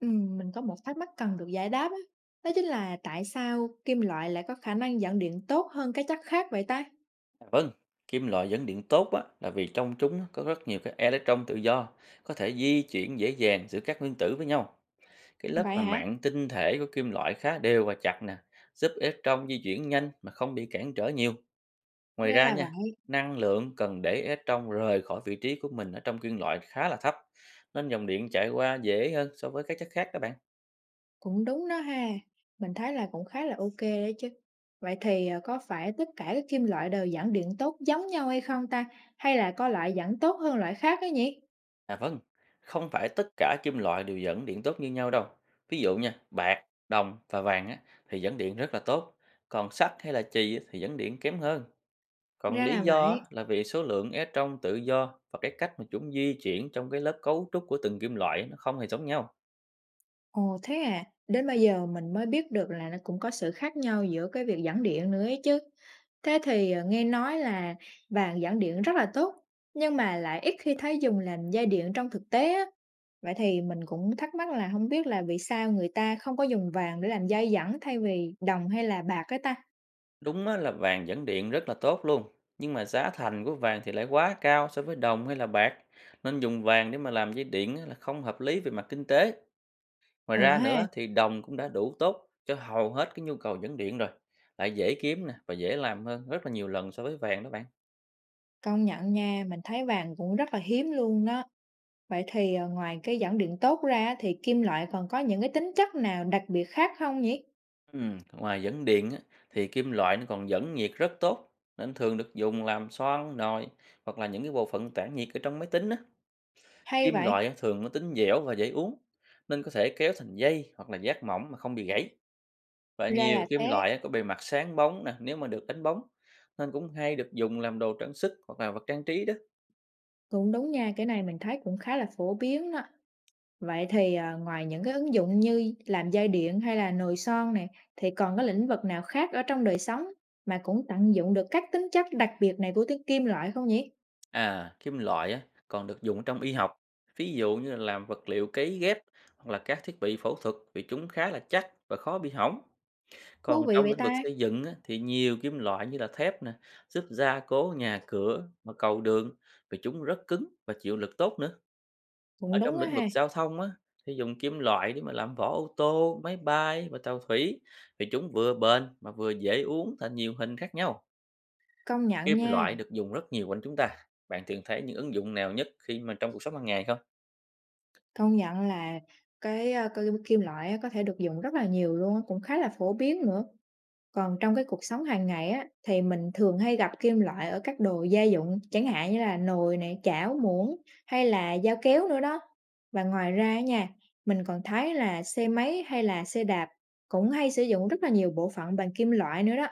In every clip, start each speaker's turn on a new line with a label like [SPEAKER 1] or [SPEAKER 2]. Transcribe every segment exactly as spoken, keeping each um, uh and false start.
[SPEAKER 1] Ừm, mình có một thắc mắc cần được giải đáp á. Đó chính là tại sao kim loại lại có khả năng dẫn điện tốt hơn các chất khác vậy ta?
[SPEAKER 2] À, vâng, kim loại dẫn điện tốt á, là vì trong chúng có rất nhiều các electron tự do, có thể di chuyển dễ dàng giữa các nguyên tử với nhau. Cái lớp
[SPEAKER 1] Vậy
[SPEAKER 2] mà
[SPEAKER 1] hả?
[SPEAKER 2] mạng tinh thể của kim loại khá đều và chặt nè, giúp electron di chuyển nhanh mà không bị cản trở nhiều. Ngoài
[SPEAKER 1] Ra
[SPEAKER 2] ra
[SPEAKER 1] là
[SPEAKER 2] nha,
[SPEAKER 1] vậy,
[SPEAKER 2] năng lượng cần để electron rời khỏi vị trí của mình ở trong kim loại khá là thấp, nên dòng điện chạy qua dễ hơn so với các chất khác các bạn.
[SPEAKER 1] cũng đúng đó ha. Mình thấy là cũng khá là ok đấy chứ. Vậy thì ờ, có phải tất cả các kim loại đều dẫn điện tốt giống nhau hay không ta? Hay là có loại dẫn tốt hơn loại khác ấy nhỉ?
[SPEAKER 2] À vâng, không phải tất cả kim loại đều dẫn điện tốt như nhau đâu. Ví dụ nha, bạc, đồng và vàng á, thì dẫn điện rất là tốt, còn sắt hay là chì á, thì dẫn điện kém hơn. Còn
[SPEAKER 1] Ra
[SPEAKER 2] lý
[SPEAKER 1] là
[SPEAKER 2] do á,
[SPEAKER 1] vậy.
[SPEAKER 2] là vì số lượng electron trong tự do và cái cách mà chúng di chuyển trong cái lớp cấu trúc của từng kim loại á, nó không hề giống nhau.
[SPEAKER 1] Ồ, thế à? Đến bây giờ mình mới biết được là nó cũng có sự khác nhau giữa cái việc giảng điện nữa ấy chứ. Thế thì, ờ, nghe nói là vàng giảng điện rất là tốt, nhưng mà lại ít khi thấy dùng làm dây điện trong thực tế á. Vậy thì mình cũng thắc mắc là không biết là vì sao người ta không có dùng vàng để làm dây dẫn thay vì đồng hay là bạc á ta?
[SPEAKER 2] Đúng á, là vàng dẫn điện rất là tốt luôn, nhưng mà giá thành của vàng thì lại quá cao so với đồng hay là bạc, nên dùng vàng để mà làm dây điện á, là không hợp lý về mặt kinh tế. Ngoài
[SPEAKER 1] Ừ
[SPEAKER 2] ra
[SPEAKER 1] ha,
[SPEAKER 2] nữa thì đồng cũng đã đủ tốt cho hầu hết cái nhu cầu dẫn điện rồi, lại dễ kiếm nè và dễ làm hơn rất là nhiều lần so với vàng đó bạn.
[SPEAKER 1] công nhận nha, mình thấy vàng cũng rất là hiếm luôn đó. Vậy thì, ờ, ngoài cái dẫn điện tốt ra thì kim loại còn có những cái tính chất nào đặc biệt khác không nhỉ?
[SPEAKER 2] Ừm, ngoài dẫn điện á, thì kim loại nó còn dẫn nhiệt rất tốt nên thường được dùng làm xoang nồi hoặc là những cái bộ phận tản nhiệt ở trong máy tính á.
[SPEAKER 1] Hay
[SPEAKER 2] Kim
[SPEAKER 1] vậy?
[SPEAKER 2] loại á, thường nó tính dẻo và dễ uống nên có thể kéo thành dây hoặc là giác mỏng mà không bị gãy. Và
[SPEAKER 1] Ra
[SPEAKER 2] nhiều
[SPEAKER 1] là
[SPEAKER 2] kim
[SPEAKER 1] thế,
[SPEAKER 2] loại á, có bề mặt sáng bóng nè nếu mà được đánh bóng nên cũng hay được dùng làm đồ trang sức hoặc là vật trang trí đó.
[SPEAKER 1] cũng đúng nha, cái này mình thấy cũng khá là phổ biến đó. Vậy thì, à, ngoài những cái ứng dụng như làm dây điện hay là nồi son này thì còn có lĩnh vực nào khác ở trong đời sống mà cũng tận dụng được các tính chất đặc biệt này của tiếng kim loại không nhỉ?
[SPEAKER 2] À, kim loại á, còn được dùng trong y học, ví dụ như là làm vật liệu cấy ghép hoặc là các thiết bị phẫu thuật vì chúng khá là chắc và khó bị hỏng.
[SPEAKER 1] Thú
[SPEAKER 2] Còn
[SPEAKER 1] vị
[SPEAKER 2] trong
[SPEAKER 1] vậy
[SPEAKER 2] lĩnh vực
[SPEAKER 1] ta,
[SPEAKER 2] xây dựng á, thì nhiều kim loại như là thép nè, giúp gia cố nhà cửa và cầu đường vì chúng rất cứng và chịu lực tốt nữa.
[SPEAKER 1] cũng
[SPEAKER 2] Ở
[SPEAKER 1] đúng
[SPEAKER 2] trong
[SPEAKER 1] á
[SPEAKER 2] lĩnh vực
[SPEAKER 1] ha,
[SPEAKER 2] giao thông á, thì dùng kim loại để mà làm vỏ ô tô, máy bay và tàu thủy vì chúng vừa bền mà vừa dễ uốn thành nhiều hình khác nhau.
[SPEAKER 1] công nhận
[SPEAKER 2] Kim
[SPEAKER 1] nha,
[SPEAKER 2] loại được dùng rất nhiều quanh chúng ta. Bạn thường thấy những ứng dụng nào nhất khi mà trong cuộc sống hàng ngày không?
[SPEAKER 1] công nhận là cái, a, c kim loại á có thể được dùng rất là nhiều luôn á, cũng khá là phổ biến nữa. Còn trong cái cuộc sống hàng ngày á, thì mình thường hay gặp kim loại ở các đồ gia dụng, chẳng hạn như là nồi này, chảo, muỗng hay là dao kéo nữa đó. Và ngoài ra á nha, mình còn thấy là xe máy hay là xe đạp cũng hay sử dụng rất là nhiều bộ phận bằng kim loại nữa đó.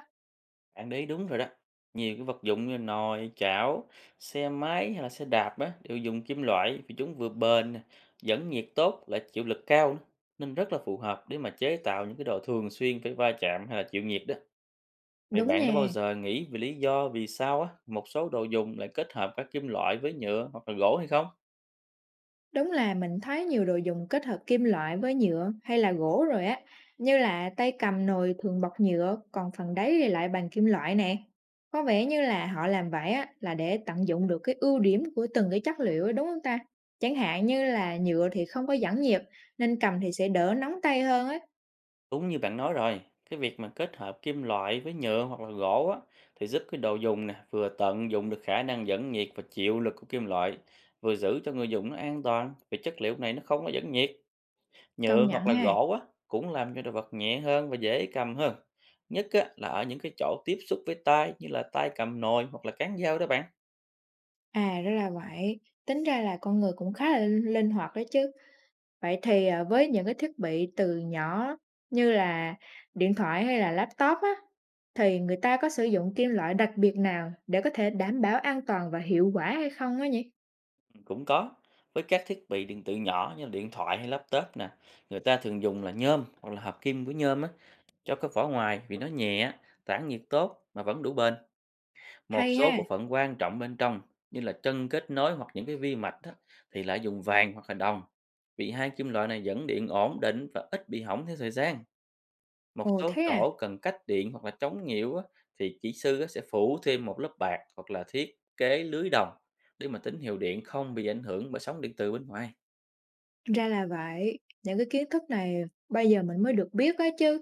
[SPEAKER 2] Bạn để ý đúng rồi đó. Nhiều cái vật dụng như nồi, chảo, xe máy hay là xe đạp á, đều dùng kim loại vì chúng vừa bền, nè, dẫn nhiệt tốt lại chịu lực cao nữa. Nên rất là phù hợp để mà chế tạo những cái đồ thường xuyên phải va chạm hay là chịu nhiệt đó. Vậy
[SPEAKER 1] Đúng
[SPEAKER 2] bạn đã
[SPEAKER 1] nha.
[SPEAKER 2] bao giờ nghĩ về lý do vì sao á, một số đồ dùng lại kết hợp các kim loại với nhựa hoặc là gỗ hay không?
[SPEAKER 1] Đúng là mình thấy nhiều đồ dùng kết hợp kim loại với nhựa hay là gỗ rồi á, như là tay cầm nồi thường bọc nhựa, còn phần đáy thì lại bằng kim loại nè. Có vẻ như là họ làm vậy á, là để tận dụng được cái ưu điểm của từng cái chất liệu á, đúng không ta? Chẳng hạn như là nhựa thì không có dẫn nhiệt, nên cầm thì sẽ đỡ nóng tay hơn á.
[SPEAKER 2] Đúng như bạn nói rồi, cái việc mà kết hợp kim loại với nhựa hoặc là gỗ á, thì giúp cái đồ dùng nè vừa tận dụng được khả năng dẫn nhiệt và chịu lực của kim loại, vừa giữ cho người dùng nó an toàn vì chất liệu này nó không có dẫn nhiệt.
[SPEAKER 1] Công
[SPEAKER 2] Nhựa
[SPEAKER 1] nhận
[SPEAKER 2] hoặc là
[SPEAKER 1] ha.
[SPEAKER 2] gỗ á, cũng làm cho đồ vật nhẹ hơn và dễ cầm hơn. Nhất á, là ở những cái chỗ tiếp xúc với tay như là tay cầm nồi hoặc là cán dao đó bạn.
[SPEAKER 1] À, ra là vậy. Tính ra là con người cũng khá là linh hoạt đó chứ. Vậy thì, à, với những cái thiết bị từ nhỏ như là điện thoại hay là laptop á, thì người ta có sử dụng kim loại đặc biệt nào để có thể đảm bảo an toàn và hiệu quả hay không á nhỉ?
[SPEAKER 2] Cũng có. Với các thiết bị điện tử nhỏ như là điện thoại hay laptop nè, người ta thường dùng là nhôm hoặc là hợp kim của nhôm á, cho cái vỏ ngoài vì nó nhẹ, tản nhiệt tốt mà vẫn đủ bền. Một
[SPEAKER 1] Hay
[SPEAKER 2] số
[SPEAKER 1] ha!
[SPEAKER 2] bộ phận quan trọng bên trong như là chân kết nối hoặc những cái vi mạch á, thì lại dùng vàng hoặc là đồng. Vì hai kim loại này dẫn điện ổn định và ít bị hỏng theo thời gian. Một
[SPEAKER 1] Ồ,
[SPEAKER 2] số
[SPEAKER 1] thế à?
[SPEAKER 2] chỗ cần cách điện hoặc là chống nhiễu á, thì kỹ sư á, sẽ phủ thêm một lớp bạc hoặc là thiết kế lưới đồng để mà tín hiệu điện không bị ảnh hưởng bởi sóng điện từ bên ngoài.
[SPEAKER 1] Ra là vậy, những cái kiến thức này bây giờ mình mới được biết á chứ.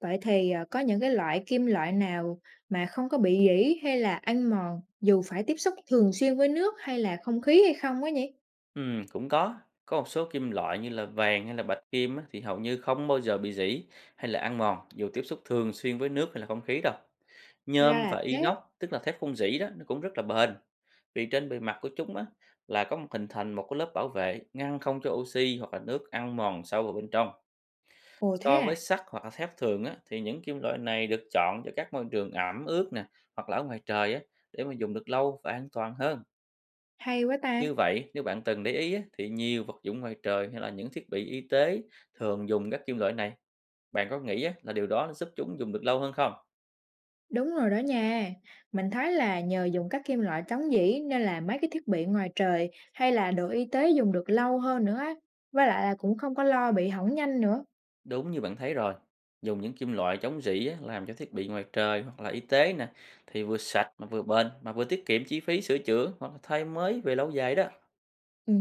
[SPEAKER 1] Vậy thì, à, có những cái loại kim loại nào mà không có bị rỉ hay là ăn mòn dù phải tiếp xúc thường xuyên với nước hay là không khí hay không á nhỉ?
[SPEAKER 2] Ừm, cũng có. Có một số kim loại như là vàng hay là bạch kim á, thì hầu như không bao giờ bị rỉ hay là ăn mòn dù tiếp xúc thường xuyên với nước hay là không khí đâu.
[SPEAKER 1] Ra
[SPEAKER 2] Nhôm
[SPEAKER 1] là
[SPEAKER 2] và
[SPEAKER 1] thế.
[SPEAKER 2] inox, tức là thép không rỉ đó, nó cũng rất là bền. Vì trên bề mặt của chúng á, là có một hình thành một cái lớp bảo vệ ngăn không cho oxy hoặc là nước ăn mòn sâu vào bên trong.
[SPEAKER 1] Ồ, thế
[SPEAKER 2] So với
[SPEAKER 1] à?
[SPEAKER 2] sắt hoặc là thép thường á, thì những kim loại này được chọn cho các môi trường ẩm ướt nè hoặc là ở ngoài trời á, để mà dùng được lâu và an toàn hơn.
[SPEAKER 1] Hay quá ta!
[SPEAKER 2] Như vậy, nếu bạn từng để ý á, thì nhiều vật dụng ngoài trời hay là những thiết bị y tế thường dùng các kim loại này. Bạn có nghĩ á, là điều đó nó giúp chúng dùng được lâu hơn không?
[SPEAKER 1] Đúng rồi đó nha. Mình thấy là nhờ dùng các kim loại chống dỉ nên là mấy cái thiết bị ngoài trời hay là đồ y tế dùng được lâu hơn nữa á. Với lại là cũng không có lo bị hỏng nhanh nữa.
[SPEAKER 2] Đúng như bạn thấy rồi. Dùng những kim loại chống rỉ á, làm cho thiết bị ngoài trời hoặc là y tế nè thì vừa sạch mà vừa bền mà vừa tiết kiệm chi phí sửa chữa hoặc là thay mới về lâu dài đó.
[SPEAKER 1] Ừ,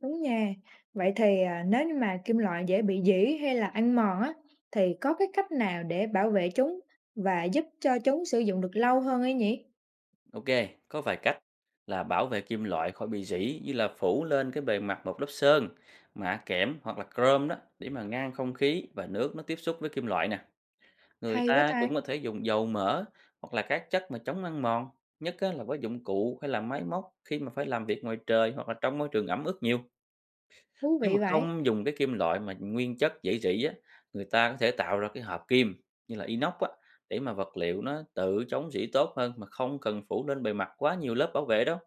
[SPEAKER 1] đúng nha. Vậy thì à, nếu như mà kim loại dễ bị dỉ hay là ăn mòn á, thì có cái cách nào để bảo vệ chúng và giúp cho chúng sử dụng được lâu hơn ấy nhỉ?
[SPEAKER 2] Ok, có vài cách là bảo vệ kim loại khỏi bị rỉ như là phủ lên cái bề mặt một lớp sơn, mạ kẽm hoặc là chrome đó để mà ngăn không khí và nước nó tiếp xúc với kim loại nè. Người
[SPEAKER 1] Hay quá
[SPEAKER 2] ta
[SPEAKER 1] ta,
[SPEAKER 2] cũng có thể dùng dầu mỡ hoặc là các chất mà chống ăn mòn, nhất á là với dụng cụ hay là máy móc khi mà phải làm việc ngoài trời hoặc là trong môi trường ẩm ướt nhiều.
[SPEAKER 1] thú
[SPEAKER 2] Nếu
[SPEAKER 1] vị
[SPEAKER 2] mà
[SPEAKER 1] vậy.
[SPEAKER 2] không dùng cái kim loại mà nguyên chất dễ rỉ á, người ta có thể tạo ra cái hợp kim như là inox á để mà vật liệu nó tự chống rỉ tốt hơn mà không cần phủ lên bề mặt quá nhiều lớp bảo vệ đó.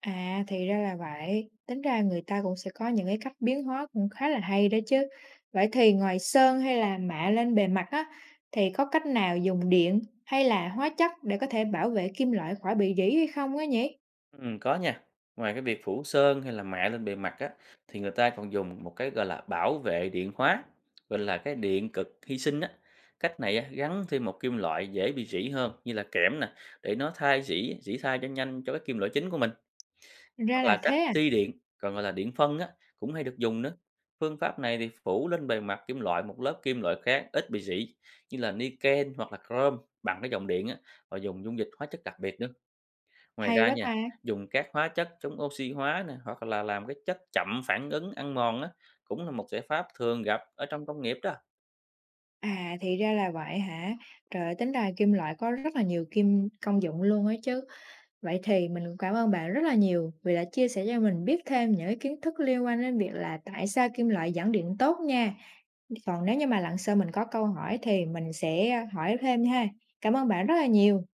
[SPEAKER 1] À, thì ra là vậy, tính ra người ta cũng sẽ có những cái cách biến hóa cũng khá là hay đó chứ. Vậy thì ngoài sơn hay là mạ lên bề mặt á, thì có cách nào dùng điện hay là hóa chất để có thể bảo vệ kim loại khỏi bị rỉ hay không á nhỉ?
[SPEAKER 2] Ừm, có nha. Ngoài cái việc phủ sơn hay là mạ lên bề mặt á, thì người ta còn dùng một cái gọi là bảo vệ điện hóa, gọi là cái điện cực hy sinh á. Cách này á, gắn thêm một kim loại dễ bị rỉ hơn như là kẽm nè, để nó thay rỉ, rỉ thay cho nhanh cho cái kim loại chính của mình.
[SPEAKER 1] Ra
[SPEAKER 2] Hoặc
[SPEAKER 1] là
[SPEAKER 2] là
[SPEAKER 1] thế
[SPEAKER 2] cách
[SPEAKER 1] à,
[SPEAKER 2] xi điện, còn gọi là điện phân á, cũng hay được dùng nữa. Phương pháp này thì phủ lên bề mặt kim loại một lớp kim loại khác ít bị rỉ như là niken hoặc là chrome bằng cái dòng điện á, và dùng dung dịch hóa chất đặc biệt nữa. Ngoài
[SPEAKER 1] hay
[SPEAKER 2] ra
[SPEAKER 1] quá
[SPEAKER 2] nha,
[SPEAKER 1] ta.
[SPEAKER 2] dùng các hóa chất chống oxy hóa nè, hoặc là làm cái chất chậm phản ứng ăn mòn á, cũng là một giải pháp thường gặp ở trong công nghiệp đó.
[SPEAKER 1] À, thì ra là vậy hả? Trời ơi, tính ra kim loại có rất là nhiều kim công dụng luôn ấy chứ. Vậy thì mình cũng cảm ơn bạn rất là nhiều vì đã chia sẻ cho mình biết thêm những cái kiến thức liên quan đến việc là tại sao kim loại dẫn điện tốt nha. Còn nếu như mà lần sau mình có câu hỏi thì mình sẽ hỏi thêm ha. Cảm ơn bạn rất là nhiều.